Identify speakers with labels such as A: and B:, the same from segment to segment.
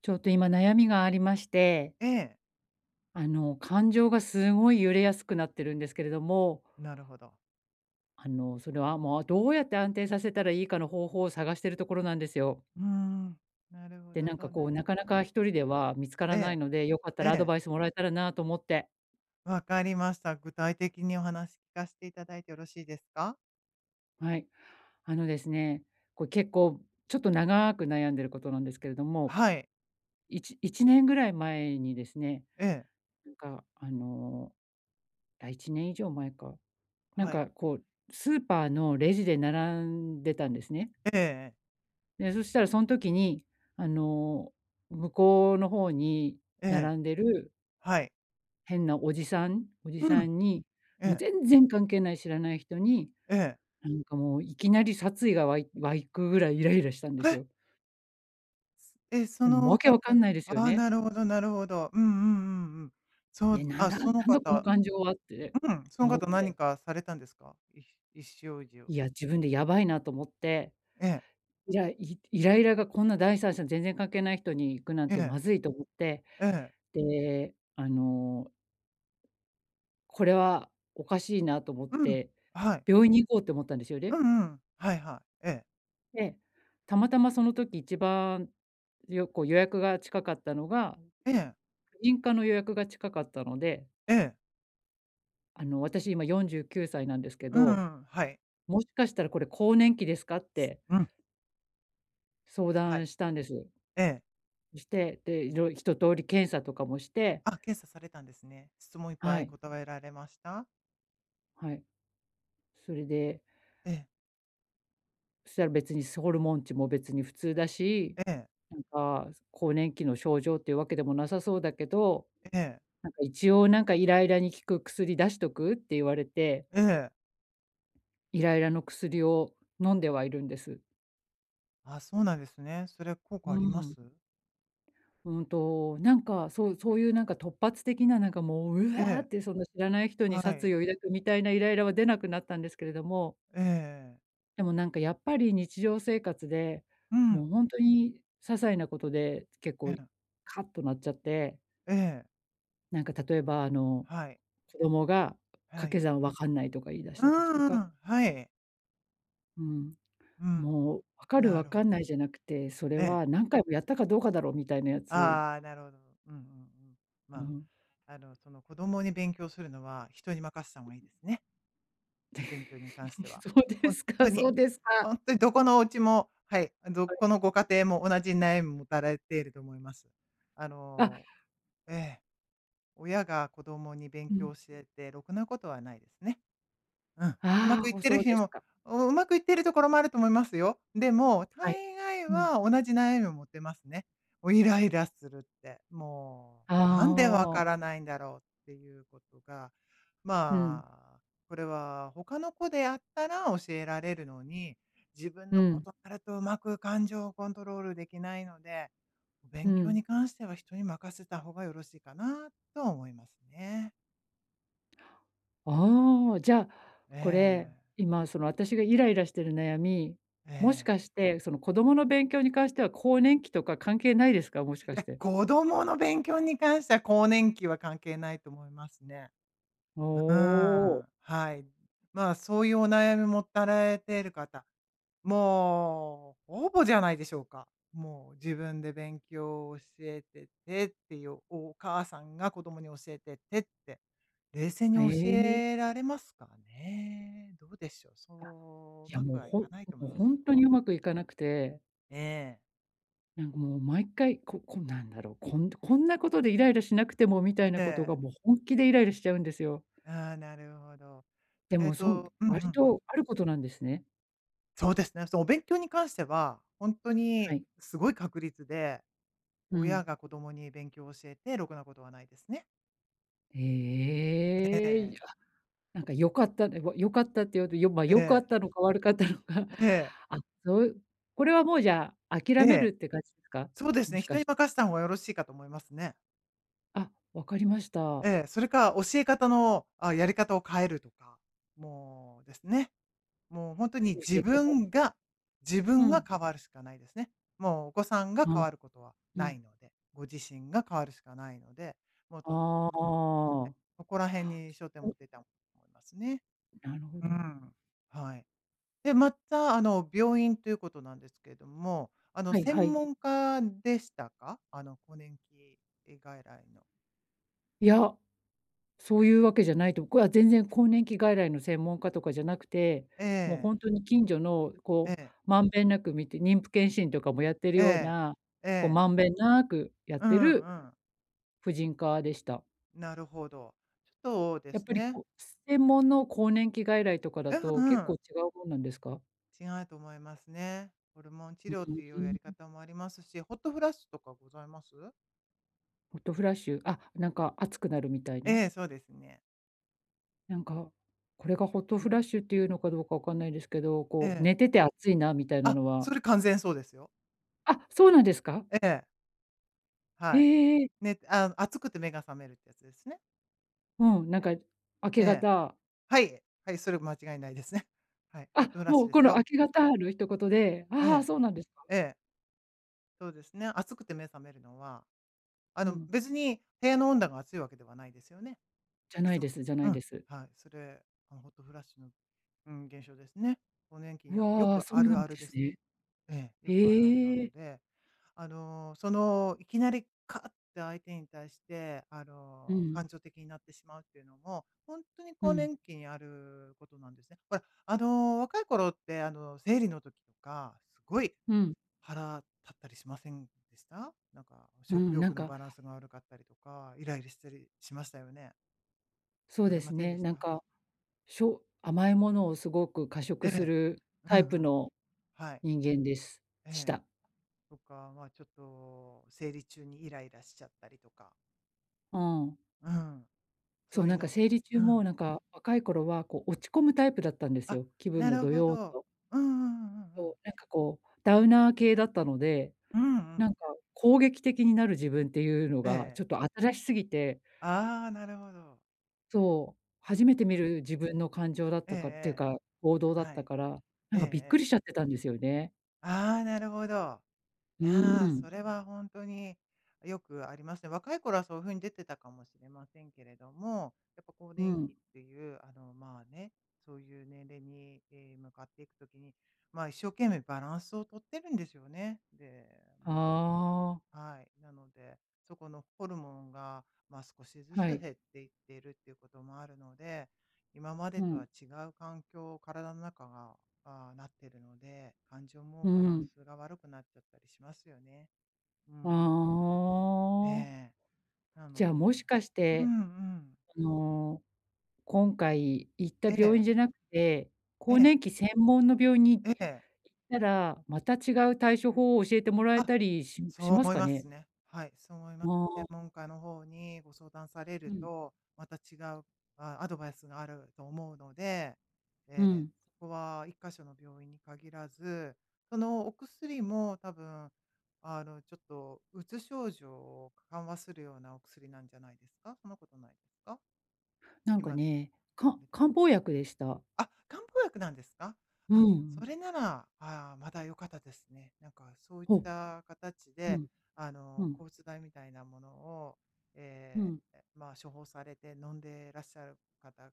A: ちょっと今悩みがありまして、
B: ええ、
A: 感情がすごい揺れやすくなってるんですけれども、
B: なるほど。
A: それはもうどうやって安定させたらいいかの方法を探してるところなんですよ。
B: うーん、なるほ
A: で、
B: ど、
A: なん
B: そう
A: か
B: な
A: こ
B: ん
A: う、
B: で
A: な
B: す
A: かなか
B: ね。
A: 一人では見つか
B: え
A: らない
B: え、
A: ので、よかった
B: え
A: らアド
B: え、
A: バイスもらえたらなと思って。
B: わかりました。具体的にお話聞かせていただいてよろしいですか？
A: はい。あのですね、これ結構ちょっと長く悩んでることなんですけれども、
B: はい、
A: 1年ぐらい前にですね、
B: ええ、
A: なんかあの、あ、1年以上前か。なん
B: はい、
A: かこう、スーパーのレジで並んでたんですね。
B: ええええ、
A: で、そしたらそん時に、あの、向こうの方に並んでる
B: はい、
A: 変なおじさんおじ
B: う
A: さ
B: ん、
A: んに、
B: え
A: もう
B: え、
A: 全然関係ない知らない人に、
B: ええ、
A: なんかもういきなり殺意が湧くぐらいイライラしたんです
B: え？
A: よ。
B: え、そ
A: でも
B: の
A: わけわか
B: 方
A: んないですよ
B: ああ、
A: ね。
B: なるほどなるほど。うんうんうんうん。そ
A: ね、
B: う、
A: なん
B: あ、
A: だな
B: そ
A: ん
B: の
A: だこの
B: 方
A: 感情はって
B: うん、その
A: 思っ
B: 方何
A: て、
B: かされたんですか？一生中表を。
A: いや、自分でやばいなと思って、
B: ええ、
A: いや、イライラがこんな第三者全然関係ない人に行くなん
B: え
A: て
B: え、
A: まずいと思って、
B: ええ、
A: で、これはおかしいなと思っ
B: うん、
A: て、
B: はい、
A: 病院に行こうって思ったんですよ
B: う
A: ね。
B: んうん、はいはい、ええ、
A: で、たまたまその時一番よこう予約が近かったのが、
B: ええ。
A: 婦人科の予約が近かったので、
B: ええ、
A: 私今49歳なんですけ
B: うんう
A: ど、
B: ん、はい。
A: もしかしたらこれ更年期ですかって
B: うん、
A: 相
B: は
A: 談
B: い。
A: したんです。
B: ええ。
A: して、で、一通り検査とかもして、
B: あ、検査されたんですね。質問いっぱ
A: は
B: い
A: い、
B: 答えられました？
A: はい。それで、
B: ええ、
A: そしたら別にホルモン値も別に普通だし、
B: ええ、
A: なんか更年期の症状っていうわけでもなさそうだけど、
B: ええ、
A: なんか一応なんかイライラに効く薬出しとくって言われて、
B: ええ。
A: イライラの薬を飲んではいるんです。
B: あ、そうなんですね。それ効果
A: う
B: ありま
A: ん。
B: す？
A: うんと、なんかそうそういうなんか突発的ななんかもう、うわ
B: え
A: ー
B: え、
A: ってそんな知らない人に
B: は
A: 殺
B: い。
A: 意を抱くみたいなイライラは出なくなったんですけれども、
B: ええ
A: でもなんかやっぱり日常生活で、
B: う
A: も
B: ん、
A: うほんとに些細なことで結
B: え
A: 構
B: え、
A: カッとなっちゃって、
B: ええ、
A: なんか例えば
B: はい、
A: 子供が掛
B: は
A: け
B: い。
A: 算わかんないとか言い出し
B: う
A: た
B: ん
A: 時
B: う
A: と
B: んう
A: か、
B: ん、はい。
A: うん、
B: うん、
A: もうわかる
B: な
A: わ
B: る
A: か
B: ほ
A: ん
B: ど。
A: ないじゃなくて、それ
B: ええ、
A: は何回もやったかどうかだろうみたいなやつ、
B: ああ、なるほど。うんうんうん。
A: う
B: ま
A: ん。
B: 子供に勉強するのは人に任せた方がいいですね。勉強に関して は。
A: そうで
B: 本
A: す
B: 当
A: か、
B: に、
A: そうですか。
B: 本当にどこのお家も、はい、ど
A: はい。
B: このご家庭も同じ悩みを持たれていると思います。あ
A: あ、
B: の、ええ、親が子供に勉
A: う
B: 強
A: ん。
B: を教えてろくなことはないですね。うん。うま
A: あ
B: くいっ
A: あ、お
B: てる
A: そう
B: 日
A: です
B: も、
A: か。
B: うまくいってるところもあると思いますよ。でも、
A: はい。
B: 大概
A: うん。
B: は同じ悩みを持ってますね。もうイライラするって、も
A: あ
B: う、なんでわから
A: あ、
B: ないんだろうっていうことが、
A: うん、
B: まあ、これは他の子であったら教えられるのに、自分
A: う
B: のこ
A: ん、
B: とになるとうまく感情をコントロールできないので、
A: う
B: 勉強
A: ん。
B: に関しては人に任せた方がよろしいかなとは思いますね。
A: ああ、じゃあ、これ、
B: え
A: 今その私がイライラしてる悩み、
B: え
A: もし
B: ええ。
A: かして、その子供の勉強に関しては更年期とか関係ないですか？もし
B: い
A: かし
B: や、
A: て。
B: 子供の勉強に関しては更年期は関係ないと思いますね。
A: おお、
B: はい。まあ、そういうお悩み持たれている方、もうほぼじゃないでしょうか。もう自分で勉強を教えててっていう、お母さんが子供に教えててって、冷静に
A: え
B: 教
A: え。
B: えられますかね？どうでしょう。
A: あ、
B: そうう
A: いや
B: まく
A: もう
B: はい
A: ほん
B: かないと思い
A: もう
B: ます
A: ほんとに
B: よ。
A: うまくいかなくて、
B: え
A: なんかもう毎回、ここなんだろう、こんなことでイライラしなくてもみたい
B: え、
A: なことが
B: ええ。
A: もう本気でイライラしちゃうんですよ。
B: ああ、なるほど。
A: でもそん
B: うんうんう
A: 割
B: ん
A: とあることなんですね。
B: そうですね。そのお勉強に関しては、本当
A: は
B: に
A: い。
B: すごい確率で、
A: うん。
B: 親が子供に勉強を教えてろくなことはないですね。え
A: ええ。
B: え。
A: なんか良かったね、良かったって言うと、
B: え
A: 良かっ
B: え。
A: たのか悪かったのか、
B: ええ。
A: あ、そういう、これはもうじゃあ、
B: え
A: 諦める
B: え。
A: って感じですか？
B: そうです
A: も
B: ね、
A: し
B: 人
A: か
B: に
A: して。
B: 任せた方がよろしいかと思いますね。
A: あ、分かりました。
B: ええ、それか教え方の、あ、やり方を変えるとか、もうですね。もう本当に
A: 教
B: 自
A: え方
B: 分が自
A: う
B: 分が
A: ん。
B: 変わるしかないですね。もうお子さんが
A: う
B: 変
A: ん
B: わることは
A: う
B: な
A: ん。
B: いので、ご自身が変わるしかないので、もうと
A: あ
B: え、
A: あ。
B: そこら辺に焦点を持
A: お、
B: っていたと思いますね。
A: なるほ
B: う
A: ど。
B: ん。はい。で、また、あの、病院ということなんですけれども、あの、
A: はい
B: 専
A: はい。
B: 門家でしたか？あの、更年期外来の。
A: いや、そういうわけじゃないと、これは全然更年期外来の専門家とかじゃなくて、
B: え
A: もうほ
B: え、
A: んとに近所の
B: え
A: こう、
B: え、
A: まんべんなく見て、妊婦健診とかもやってる
B: え
A: よう
B: え、
A: な、
B: え
A: こう
B: え。
A: まんべんなくやっ
B: うん
A: てる
B: うん。
A: 婦人科でした。
B: なるほど。ちょっとで
A: やっ
B: す
A: ぱり
B: ね
A: こう、専門の更年期外来とか
B: う
A: だと、
B: んう
A: 結構
B: ん。
A: 違うもんなんですか？
B: 違うと思いますね。ホルモン治
A: う
B: 療って
A: ー
B: いうや
A: ん。
B: り方もありますし、ホットフラッシュとかございます？
A: ホットフラッシュ、あ、なんか熱くなるみたいな？
B: ええ、そうですね。
A: なんか、これがホットフラッシュっていうのかどうかわかんないですけど、
B: え
A: こう、
B: え。
A: 寝てて暑いなみたいな
B: あ、
A: の
B: そ
A: は。
B: れ完全そうですよ。
A: あ、そうなんですか？
B: ええ。はい。
A: へえ。
B: ね、あ、暑くて目が覚めるってやつですね。
A: うん、なんか明
B: え
A: け
B: え。
A: 方、
B: はい。はい、それ間違いないですね。はい、ホッ
A: あ、
B: トフラッ
A: も
B: シュ
A: う
B: で
A: こ
B: す
A: の
B: よ。
A: 明け方の一言で、
B: え
A: ああ、
B: え、
A: そうなんですか。
B: ええ、そうですね。暑くて目覚めるのは、あ
A: う
B: の、
A: ん。
B: 別に部屋の温度が暑いわけではないですよね。
A: じゃ
B: い
A: な
B: つ
A: い
B: も
A: です、じゃな
B: う
A: いで
B: ん、
A: す。
B: はい、それ、あの、ホットフラッシュの、うん、現象ですね。更年期に
A: う
B: はよ
A: わ、
B: く
A: そ
B: あ
A: うなん
B: る
A: で
B: あるで
A: す
B: すね。
A: ね。
B: ええ、よくあるあるな
A: へ
B: の
A: え。
B: で、あの、その、いきなりカッて相手に対して、あ
A: う
B: の、
A: ん、
B: 感情的になってしまうっていうのも、本当に
A: う
B: 更
A: ん、
B: 年期にあることなんですね。ほら、あの、若い頃って、あの、生理の時とか、すごい
A: うん。
B: 腹立ったりしませんでした？なんか、
A: う
B: 食
A: ん、な
B: 欲
A: ん
B: の
A: か、
B: バランスが悪かったりとか、イライラしたりしましたよね？
A: そう
B: さ
A: で
B: れま
A: す
B: せんで
A: ね、
B: し
A: なん
B: た？
A: か、甘いものをすごく過
B: え
A: 食す
B: え。
A: る
B: う
A: タ
B: んう
A: イプ
B: ん。
A: の
B: はい。
A: 人間です。し
B: ええ。
A: た。
B: とか、ちょっと生理中にイライラしちゃったりとか。
A: うん。
B: うん、そ
A: そう、
B: うい
A: な
B: う
A: んか
B: の
A: 生理中
B: う
A: も
B: ん。
A: なんか若い頃はこう落ち込むタイプだったんです
B: あ、
A: よ。気分
B: な
A: が
B: る
A: ど
B: ほ
A: よーっ
B: ど。
A: と。
B: うんうんうんうんう
A: そ
B: ん。
A: う、なんかこうダウナー系だったので、
B: うんうん。
A: なんか攻撃的になる自分っていうの
B: え
A: が
B: え。
A: ちょっと新しすぎて、
B: ああ、なるほど。
A: そう、
B: うん
A: 初めて
B: う
A: 見
B: ん。
A: る自分の感情だっ
B: ええ
A: たかっていうか、行動
B: ええ。
A: だっ
B: は
A: た
B: い。
A: から、な
B: え
A: ん
B: ええ
A: かびっく
B: え。
A: りしちゃってたんですよね。
B: ああ、なるほど。い
A: う
B: やー、
A: ん、
B: それは本当によくありますね。若い頃はそういう風に出てたかもしれませんけれども、やっぱ更
A: う
B: 年期
A: ん。
B: っていう、あの、ね、そういう年齢に、え、向かっていくときに、まあ、一生懸命バランスをとってるんですよね。で、まあ
A: ああ、
B: はい。なので、そこのホルモンが、まあ、少しず
A: は
B: つ
A: い。
B: 減っていっているっていうこともあるので、今まで
A: う
B: とは
A: ん。
B: 違う環境、体の中が、あーなってるので、感情も
A: う
B: バラン
A: ん。
B: スが悪くなっちゃったりしますよね。う
A: あ
B: ん。え
A: あ。
B: えな
A: じ
B: の
A: ゃあ、も
B: で、
A: しかし
B: う
A: て、
B: んうん。
A: あの、今回行った
B: え
A: 病院
B: え
A: じゃなくて、
B: え
A: 更
B: え
A: 年期専門の病院に行っ
B: ええ
A: たら、また違う対処法を教えてもらえ
B: あ、
A: たりし
B: そ
A: し
B: う
A: ます
B: 思い
A: か
B: ま
A: ね？
B: すね。はい、そう思いま
A: あ
B: す。専
A: あ、
B: 門家の方にご相談され
A: う
B: る
A: ん、
B: と、また違う、アドバイスがあると思うので、
A: う
B: えー
A: ん。
B: そこは一箇所の病院に限らず、そのお薬も多分、あの、ちょっとうつ症状を緩和するようなお薬なんじゃないですか？そんなことないですか？
A: なんか
B: 今
A: ね、か
B: 出てる
A: 漢
B: の。
A: 方薬でした。
B: あ、漢方薬なんですか？
A: う
B: あ、そ
A: ん。
B: れなら、あーまだ良かったですね。なんかそういっ
A: ほう。
B: た形で、
A: ん、
B: あ
A: う
B: の、
A: ん、
B: 抗うつ剤みたいなものを、
A: うん。
B: まあ、処方されて飲んでいらっしゃる方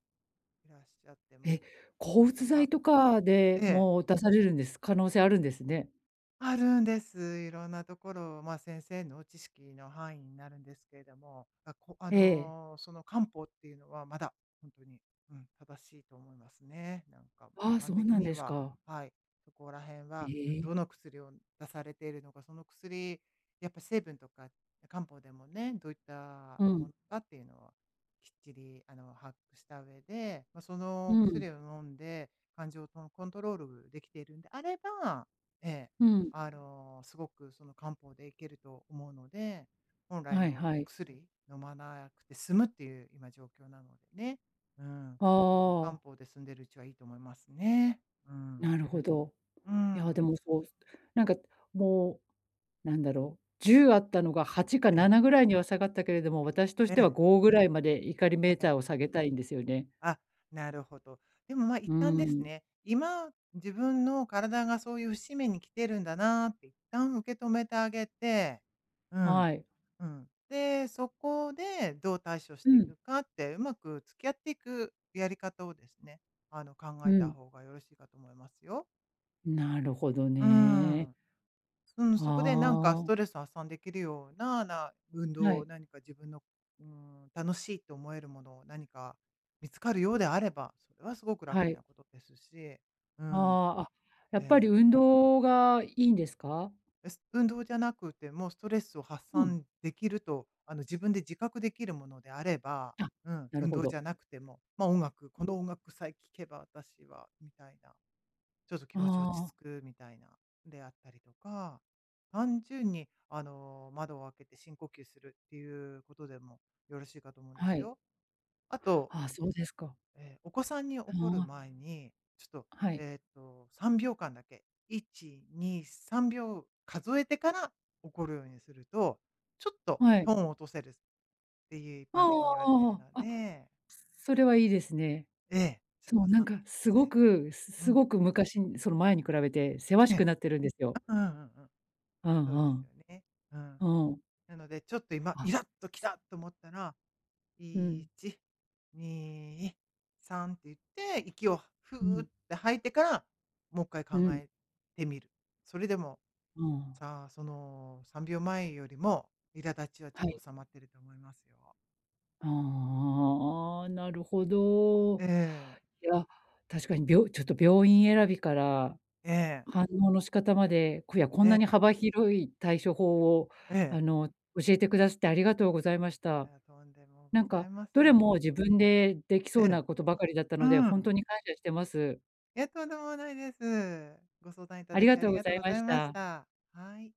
B: いらっしゃっても
A: え、抗う
B: 方
A: つ
B: は
A: 剤とかで
B: ええ。
A: も出されるんです、可能性あるんですね。
B: あるんです。いろんなところ、まあ、先生の知識の範囲になるんですけれども、あ
A: ええ。
B: の、その漢方っていうのはまだ本当に、うん、正しいと思いますね。なんか一
A: ああ、
B: 般
A: そう
B: 的
A: なん
B: に
A: です
B: は、
A: か。
B: はい、そこら辺は
A: ええ。
B: どの薬を出されているのか、その薬、やっぱ成分とか漢方でもね、どういっ
A: う
B: たも
A: ん、
B: のかっていうのはきっちり、あの、把握した上で、まあ、そ
A: う
B: の
A: ん、
B: 薬を飲んで、感情とコントロールできているんであればええ。
A: うん。
B: あの、すごくその漢方でいけると思うので、本来
A: はい
B: の
A: は
B: お
A: い。
B: 薬飲まなくて済むっていう今状況なのでね。うん。漢
A: ああ、
B: 方で済んでるうちはいいと思いますね。うん。
A: なるほど。
B: う
A: いや、で
B: ん。
A: もそう、なんかもう、なんだろう、10あったのが8か
B: ええ、
A: 7ぐらいには下がったけれども、私とし
B: え
A: ては
B: え、
A: 5ぐらいまで怒りメ
B: え
A: ーター
B: え。
A: を下げたいんですよね。
B: あ、なるほど。でも、一
A: うー
B: 旦です
A: ん、
B: ね、今、自分の体がそういう節目に来てるんだなーって一旦受け止めてあげてうん。
A: はい。
B: うん。で、そこでどう対処し
A: う
B: てい
A: ん、
B: くかって、うまく付き合っていくやり方をですね、あの、考
A: う
B: えた
A: ん。
B: 方がよろしいかと思いますよ。
A: なるほど
B: う
A: ね。
B: ん。うん、そこでなんかス
A: ああ、
B: トレスを発散できるような、運
A: は
B: 動を
A: い、
B: 何か自分の、うん、楽しいと思えるものを何か見つかるようであれば、それはすごくラッ
A: は
B: キー
A: い。
B: なことですし、う
A: あ
B: ん、
A: あ、あ、やっぱり
B: ええ
A: 運動がいいんですか？
B: 運動じゃなくてもストレスを発
A: うん。
B: 散できると、あの、自分で自覚できるものであれば、
A: あ、
B: うん、
A: なる
B: 運
A: ほ
B: 動
A: ど。
B: じゃなくても、まあ、音楽、この音楽さえ聴けば私はみたいな、ちょっと気持ち落ち
A: あ
B: 着
A: あ。
B: くみたいな、であったりとか、単純に、あの、窓を開けて深呼吸するっていうことでもよろしいかと思うんで
A: は
B: す
A: い。
B: よ。あと
A: ああ、そうですか。
B: お子さんに怒る
A: あ
B: 前に、ちょっと、
A: あ、はい。
B: 3秒間だけ、1、2、3秒数えてから怒るようにすると、ちょっと
A: はい。
B: トーンを落とせるっていう一
A: あ
B: 般的に言わ
A: あ
B: れてい
A: ああ
B: るの
A: ああ。あ、
B: で、
A: それはいいですね。
B: ええ、ちょっ
A: そ
B: と
A: う、なん
B: 3
A: かす
B: 数え
A: ご
B: る。
A: く、す
B: う
A: す
B: ん。
A: ごく昔にその前に比べてせわし
B: ね、
A: くなってるんですよ。
B: うんうんうんうん。
A: うん
B: そうで
A: う
B: すよ
A: ん。
B: ね。うん。
A: うん。
B: なので、ちょっと今イ
A: あ、
B: ラッときたと思ったら
A: うん。
B: 1、2、3って言って、息を
A: う
B: ふー
A: ん。
B: って吐いてから、もう一回考
A: うん。
B: えてみる。それでも、
A: うん。
B: さあ、その3秒前よりも、苛立ちはちょっ
A: は
B: と
A: い。
B: 収まってると思いますよ。
A: ああ、なるほど。
B: ええ、
A: いや、確かにちょっと病院選びから
B: ええ、
A: 反応の仕方まで、こいや、こ
B: え
A: んな
B: え、
A: に幅広い対処法を、
B: ええ。
A: あの、教えてくだすってありがとうございまし
B: い
A: た。
B: や、とんでもご
A: なん
B: ざ
A: か、
B: いま
A: ど
B: せ
A: れ
B: ん。
A: も自分ででき
B: え
A: そう
B: え、
A: なことばかりだった
B: う
A: ので、ほんと
B: ん。
A: に感謝してます。
B: いや、とんでもないです。ご相談いた
A: あ
B: だ
A: り
B: き
A: が
B: あ
A: と
B: り
A: うご
B: が
A: ざ
B: とう
A: い
B: ご
A: ま
B: ざい
A: し
B: まし
A: た。
B: た。はい。